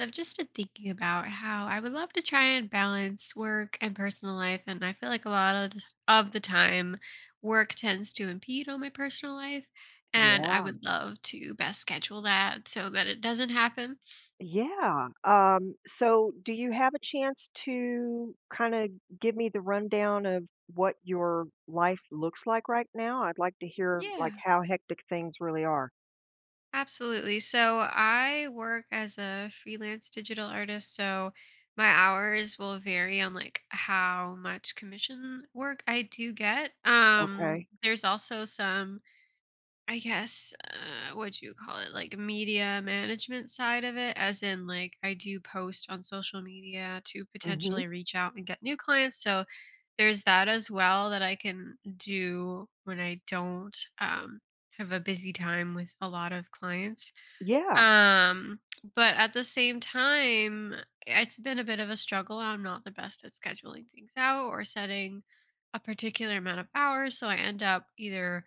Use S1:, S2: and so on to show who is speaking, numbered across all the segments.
S1: I've just been thinking about how I would love to try and balance work and personal life, and I feel like a lot of the time, work tends to impede on my personal life, and I
S2: Yeah.
S1: would love to best schedule that so that it doesn't happen.
S2: Yeah. So do you have a chance to kind of give me the rundown of what your life looks like right now? I'd like to hear like
S1: Yeah,
S2: how hectic things really are.
S1: absolutely. So I work as a freelance digital artist, so my hours will vary on like how much commission work I do get. Um,
S2: Okay.
S1: there's also some I guess, what do you call it? Like media management side of it, as in, like, I do post on social media to
S2: Mm-hmm.
S1: potentially reach out and get new clients. So there's that as well that I can do when I don't have a busy time with a lot of clients.
S2: Yeah.
S1: Um, but at the same time, it's been a bit of a struggle. I'm not the best at scheduling things out or setting a particular amount of hours. So I end up either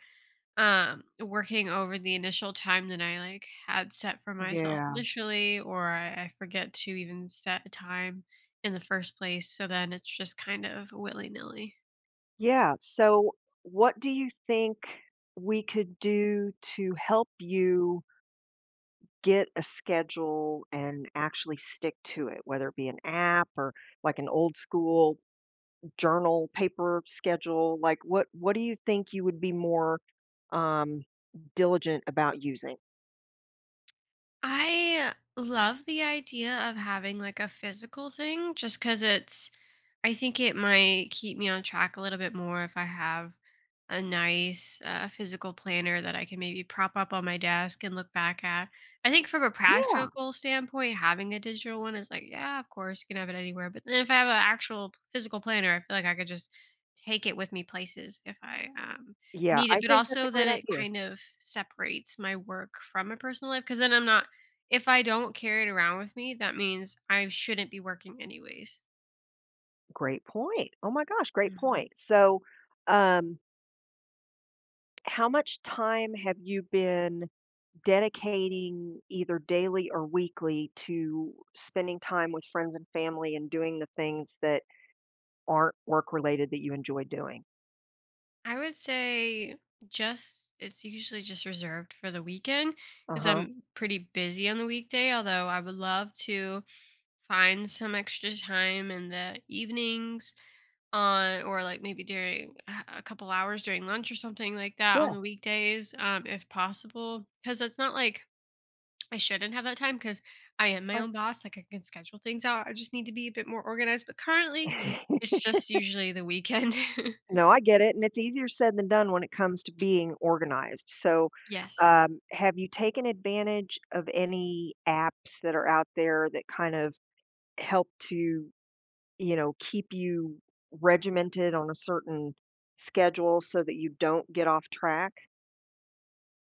S1: working over the initial time that I like had set for myself
S2: Yeah.
S1: initially or I forget to even set a time in the first place, so then it's just kind of willy-nilly.
S2: Yeah. So what do you think we could do to help you get a schedule and actually stick to it, whether it be an app or like an old school journal, paper schedule? Like, what do you think you would be more, um, diligent about using?
S1: I love the idea of having like a physical thing just cuz it's I think it might keep me on track a little bit more if I have a nice physical planner that I can maybe prop up on my desk and look back at. I think from a
S2: Yeah,
S1: practical standpoint, having a digital one is like, yeah, of course, you can have it anywhere. But then if I have an actual physical planner, I feel like I could just take it with me places if I
S2: yeah,
S1: need it.
S2: I
S1: But
S2: think that's a
S1: also, then
S2: great
S1: it
S2: idea.
S1: kind of separates my work from my personal life because then I'm not, if I don't carry it around with me, that means I shouldn't be working anyways.
S2: Great point. Oh my gosh, great
S1: Mm-hmm.
S2: point. So, um, how much time have you been dedicating either daily or weekly to spending time with friends and family and doing the things that aren't work related that you enjoy doing?
S1: I would say just it's usually just reserved for the weekend because
S2: Uh-huh.
S1: I'm pretty busy on the weekday, although I would love to find some extra time in the evenings on or like maybe during a couple hours during lunch or something like that
S2: Yeah,
S1: on the weekdays if possible, because it's not like I shouldn't have that time because I am my own boss. Like I can schedule things out, I just need to be a bit more organized, but currently
S2: right.
S1: it's just usually the weekend.
S2: No, I get it, and it's easier said than done when it comes to being organized. So,
S1: Yes.
S2: have you taken advantage of any apps that are out there that kind of help to, you know, keep you regimented on a certain schedule so that you don't get off track?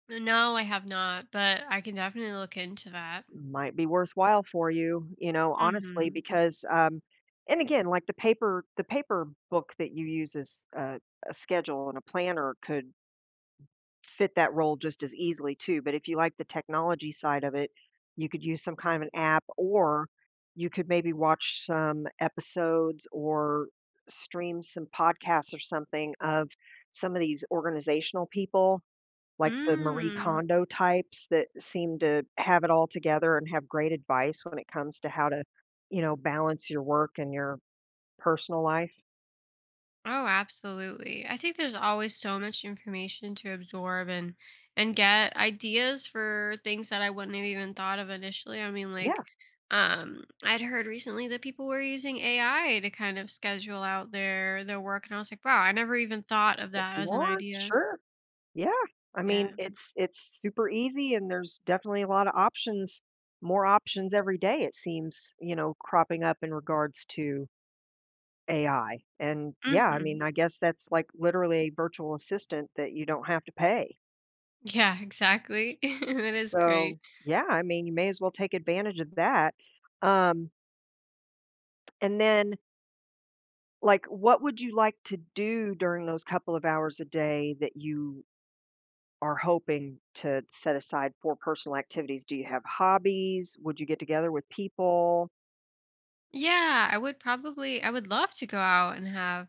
S1: No, I have not, but I can definitely look into that.
S2: Might be worthwhile for you, you know, honestly,
S1: Mhm.
S2: because, and again, like the paper book that you use as a schedule and a planner could fit that role just as easily too, but if you like the technology side of it, you could use some kind of an app or you could maybe watch some episodes or stream some podcasts or something of some of these organizational people, like the Marie
S1: Mm.
S2: Kondo types that seem to have it all together and have great advice when it comes to how to, you know, balance your work and your personal life.
S1: Oh, absolutely. I think there's always so much information to absorb and get ideas for things that I wouldn't have even thought of initially. I mean,
S2: Yeah,
S1: like, I'd heard recently that people were using AI to kind of schedule out their work, and I was like, wow, I never even thought of
S2: if
S1: that
S2: you
S1: as an
S2: want,
S1: idea.
S2: sure. Yeah, I mean,
S1: Yeah.
S2: it's super easy and there's definitely a lot of options, more options every day it seems, you know, cropping up in regards to AI. And yeah, I
S1: Hmm.
S2: mean, I guess that's like literally a virtual assistant that you don't have to pay.
S1: Yeah, exactly. That is great.
S2: So, yeah, I mean, you may as well take advantage of that. Um, and then like what would you like to do during those couple of hours a day that you are hoping to set aside for personal activities? Do you have hobbies? Would you get together with people?
S1: Yeah, I would probably I would love to go out and have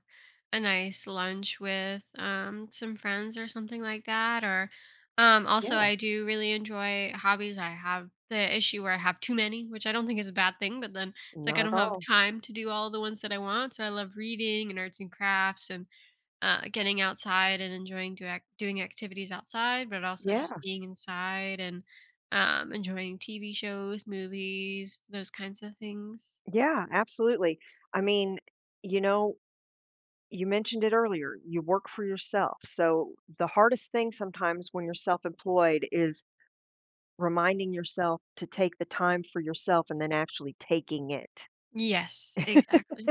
S1: a nice lunch with some friends or something like that or also
S2: Yeah,
S1: I do really enjoy hobbies. I have the issue where I have too many, which I don't think is a bad thing, but then it's like I
S2: not at
S1: don't have
S2: all.
S1: time to do all the ones that I want. So I love reading and arts and crafts and getting outside and enjoying doing activities outside, but also
S2: Yeah,
S1: just being inside and enjoying TV shows, movies, those kinds of things.
S2: yeah, absolutely. I mean, you know, you mentioned it earlier, you work for yourself. So the hardest thing sometimes when you're self-employed is reminding yourself to take the time for yourself and then actually taking it.
S1: Yes, exactly.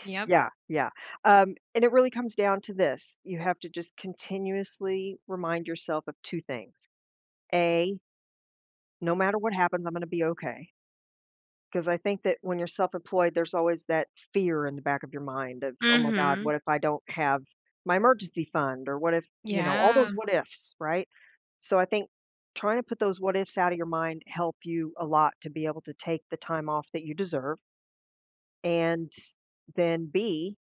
S1: Yep.
S2: Yeah, yeah. And it really comes down to this. You have to just continuously remind yourself of two things. A, no matter what happens, I'm gonna be okay. Because I think that when you're self-employed, there's always that fear in the back of your mind of, "Oh my god,
S1: Mhm.
S2: what if I don't have my emergency fund?" Or what if, you know, all
S1: Yeah.
S2: those what ifs, right? So I think trying to put those what ifs out of your mind help you a lot to be able to take the time off that you deserve. And then B,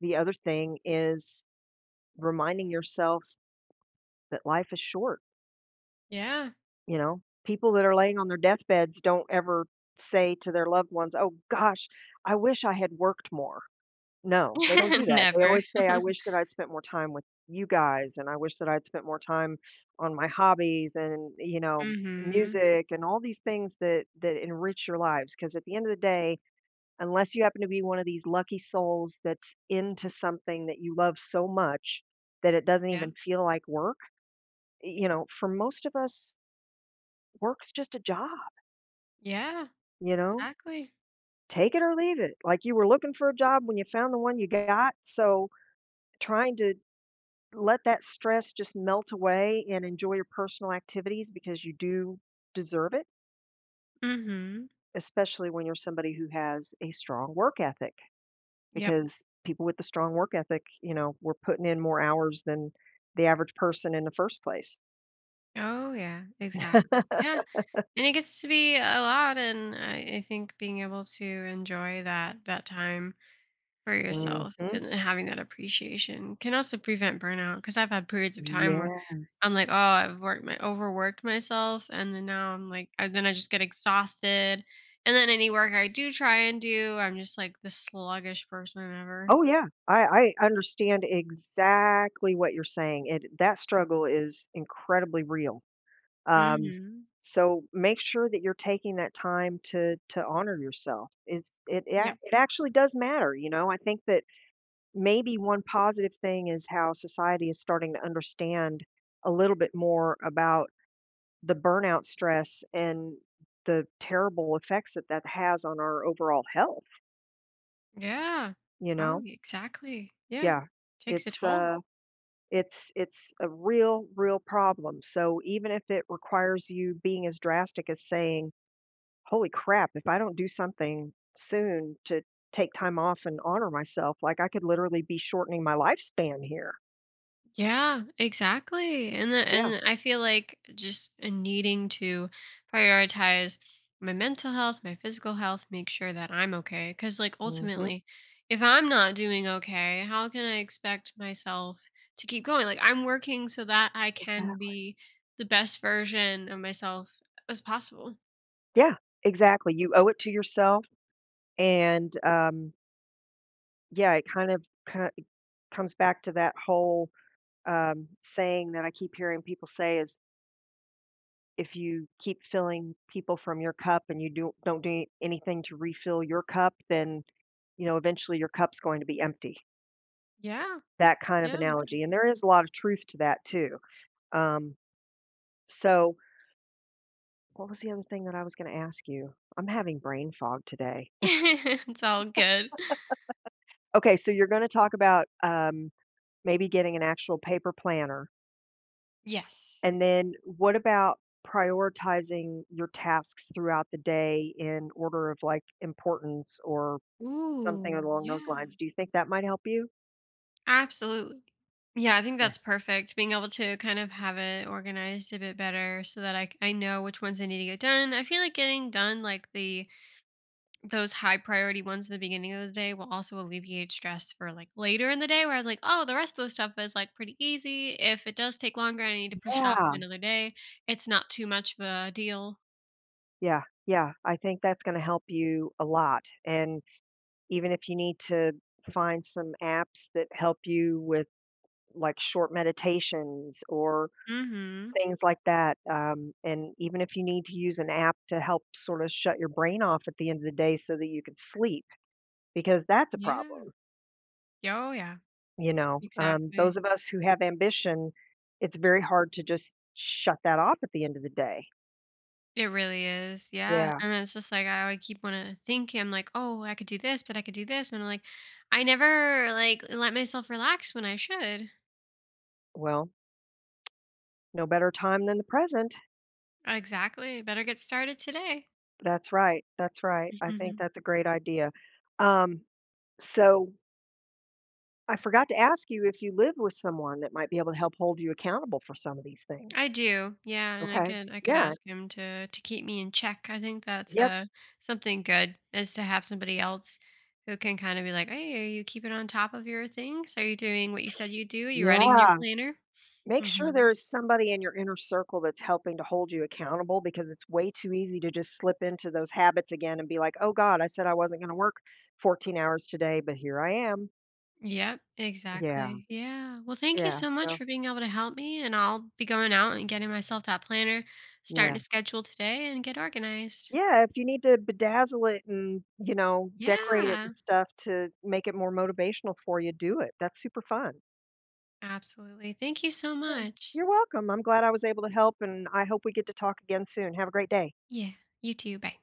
S2: the other thing is reminding yourself that life is short.
S1: Yeah.
S2: You know, people that are laying on their deathbeds don't ever say to their loved ones, "Oh gosh, I wish I had worked more." No, they don't do that. They
S1: Never.
S2: always say, "I wish that I'd spent more time with you guys, and I wish that I'd spent more time on my hobbies and, you know,
S1: Mhm.
S2: music and all these things that enrich your lives." Because at the end of the day, unless you happen to be one of these lucky souls that's into something that you love so much that it doesn't
S1: Yeah.
S2: even feel like work, you know, for most of us, work's just a job.
S1: Yeah,
S2: You know?
S1: exactly.
S2: Take it or leave it. Like, you were looking for a job when you found the one you got, so trying to let that stress just melt away and enjoy your personal activities because you do deserve it,
S1: Mhm.
S2: especially when you're somebody who has a strong work ethic,
S1: Yep.
S2: because people with the strong work ethic, you know, were putting in more hours than the average person in the first place.
S1: Oh, yeah, exactly. Yeah, and it gets to be a lot, and I think being able to enjoy that time for yourself
S2: Mhm.
S1: and having that appreciation can also prevent burnout, because I've had periods of time where I'm
S2: Yes.
S1: like, oh, I've worked my overworked myself, and then now I'm like, then I just get exhausted, and then any work I do try and do, I'm just like the sluggish person ever.
S2: Oh, yeah. I understand exactly what you're saying, and that struggle is incredibly real. Um,
S1: Mm-hmm.
S2: so make sure that you're taking that time to honor yourself. It's it it
S1: Yeah.
S2: ac- it actually does matter, you know. I think that maybe one positive thing is how society is starting to understand a little bit more about the burnout stress and the terrible effects that that has on our overall health,
S1: Yeah.
S2: you
S1: Oh,
S2: know?
S1: exactly. Yeah.
S2: Yeah.
S1: Takes a
S2: It's
S1: toll.
S2: uh it's a real, real problem, so even if it requires you being as drastic as saying, "Holy crap, if I don't do something soon to take time off and honor myself, like, I could literally be shortening my lifespan here."
S1: Yeah, exactly.
S2: Yeah.
S1: And I feel like just needing to prioritize my mental health, my physical health, make sure that I'm okay, cuz like
S2: Mhm.
S1: ultimately if I'm not doing okay, how can I expect myself to keep going? Like I'm working so that I can
S2: Exactly.
S1: be the best version of myself as possible.
S2: Yeah, exactly, you owe it to yourself, and, yeah, it kind of ki comes back to that whole, saying that I keep hearing people say is, if you keep filling people from your cup and you do, don't do anything to refill your cup, then you know eventually your cup's going to be empty.
S1: Yeah,
S2: That kind of
S1: yeah,
S2: analogy, and
S1: exactly.
S2: there is a lot of truth to that too. Um, so, what was the other thing that I was going to ask you? I'm having brain fog today.
S1: It's all good.
S2: Okay, so you're going to talk about maybe getting an actual paper planner,
S1: Yes.
S2: and then what about prioritizing your tasks throughout the day in order of like importance or something
S1: Ooh,
S2: along those
S1: yeah.
S2: lines. Do you think that might help you?
S1: Absolutely. Yeah, I think
S2: Right.
S1: that's perfect. Being able to kind of have it organized a bit better so that I know which ones I need to get done. I feel like getting done like the those high priority ones at the beginning of the day will also alleviate stress for like later in the day where I was like, oh, the rest of the stuff is like pretty easy. If it does take longer and I need to push it off
S2: Yeah,
S1: to another day, it's not too much of a deal.
S2: yeah, yeah. I think that's gonna help you a lot, and even if you need to find some apps that help you with, like, short meditations or
S1: Hmm.
S2: things like that, and even if you need to use an app to help sorta shut your brain off at the end of the day so that you can sleep, because that's a
S1: Yeah.
S2: problem,
S1: Yeah, oh yeah.
S2: you know? Those
S1: Exactly.
S2: of us who have ambition, it's very hard to just shut that off at the end of the day.
S1: It really is, yeah,
S2: Yeah,
S1: and it's just like I would keep wanna think, I'm like, "Oh, I could do this, but I could do this," and I'm like, "I never, like, let myself relax when I should."
S2: well, no better time than the present.
S1: Exactly, better get started today.
S2: That's right, that's right. I think
S1: Mhm.
S2: that's a great idea. Um, so I forgot to ask you if you live with someone that might be able to help hold you accountable for some of these things.
S1: I do, yeah, and I
S2: Okay.
S1: could I could
S2: Yeah.
S1: ask him to keep me in check. I think that's,
S2: Yep.
S1: something good is to have somebody else who can kinda be like, "Hey, are you keeping on top of your things? Are you doing what you said you do? Are you writing in your
S2: Yeah.
S1: planner?"
S2: Make sure there
S1: Mhm.
S2: is somebody in your inner circle that's helping to hold you accountable because it's way too easy to just slip into those habits again and be like, oh God, I said I wasn't going to work 14 hours today, but here I am.
S1: Yep,
S2: Yeah.
S1: exactly. Yeah. Well, thank you
S2: Yeah.
S1: so much
S2: So,
S1: for being able to help me. And I'll be going out and getting myself that planner, starting
S2: yeah.
S1: to schedule today and get organized.
S2: Yeah, if you need to bedazzle it and, you know, decorate it and
S1: Yeah,
S2: stuff to make it more motivational for you, do it. That's super fun.
S1: absolutely. Thank you so
S2: Yeah.
S1: much.
S2: You're welcome. I'm glad I was able to help, and I hope we get to talk again soon. Have a great day.
S1: Yeah, you too. Bye.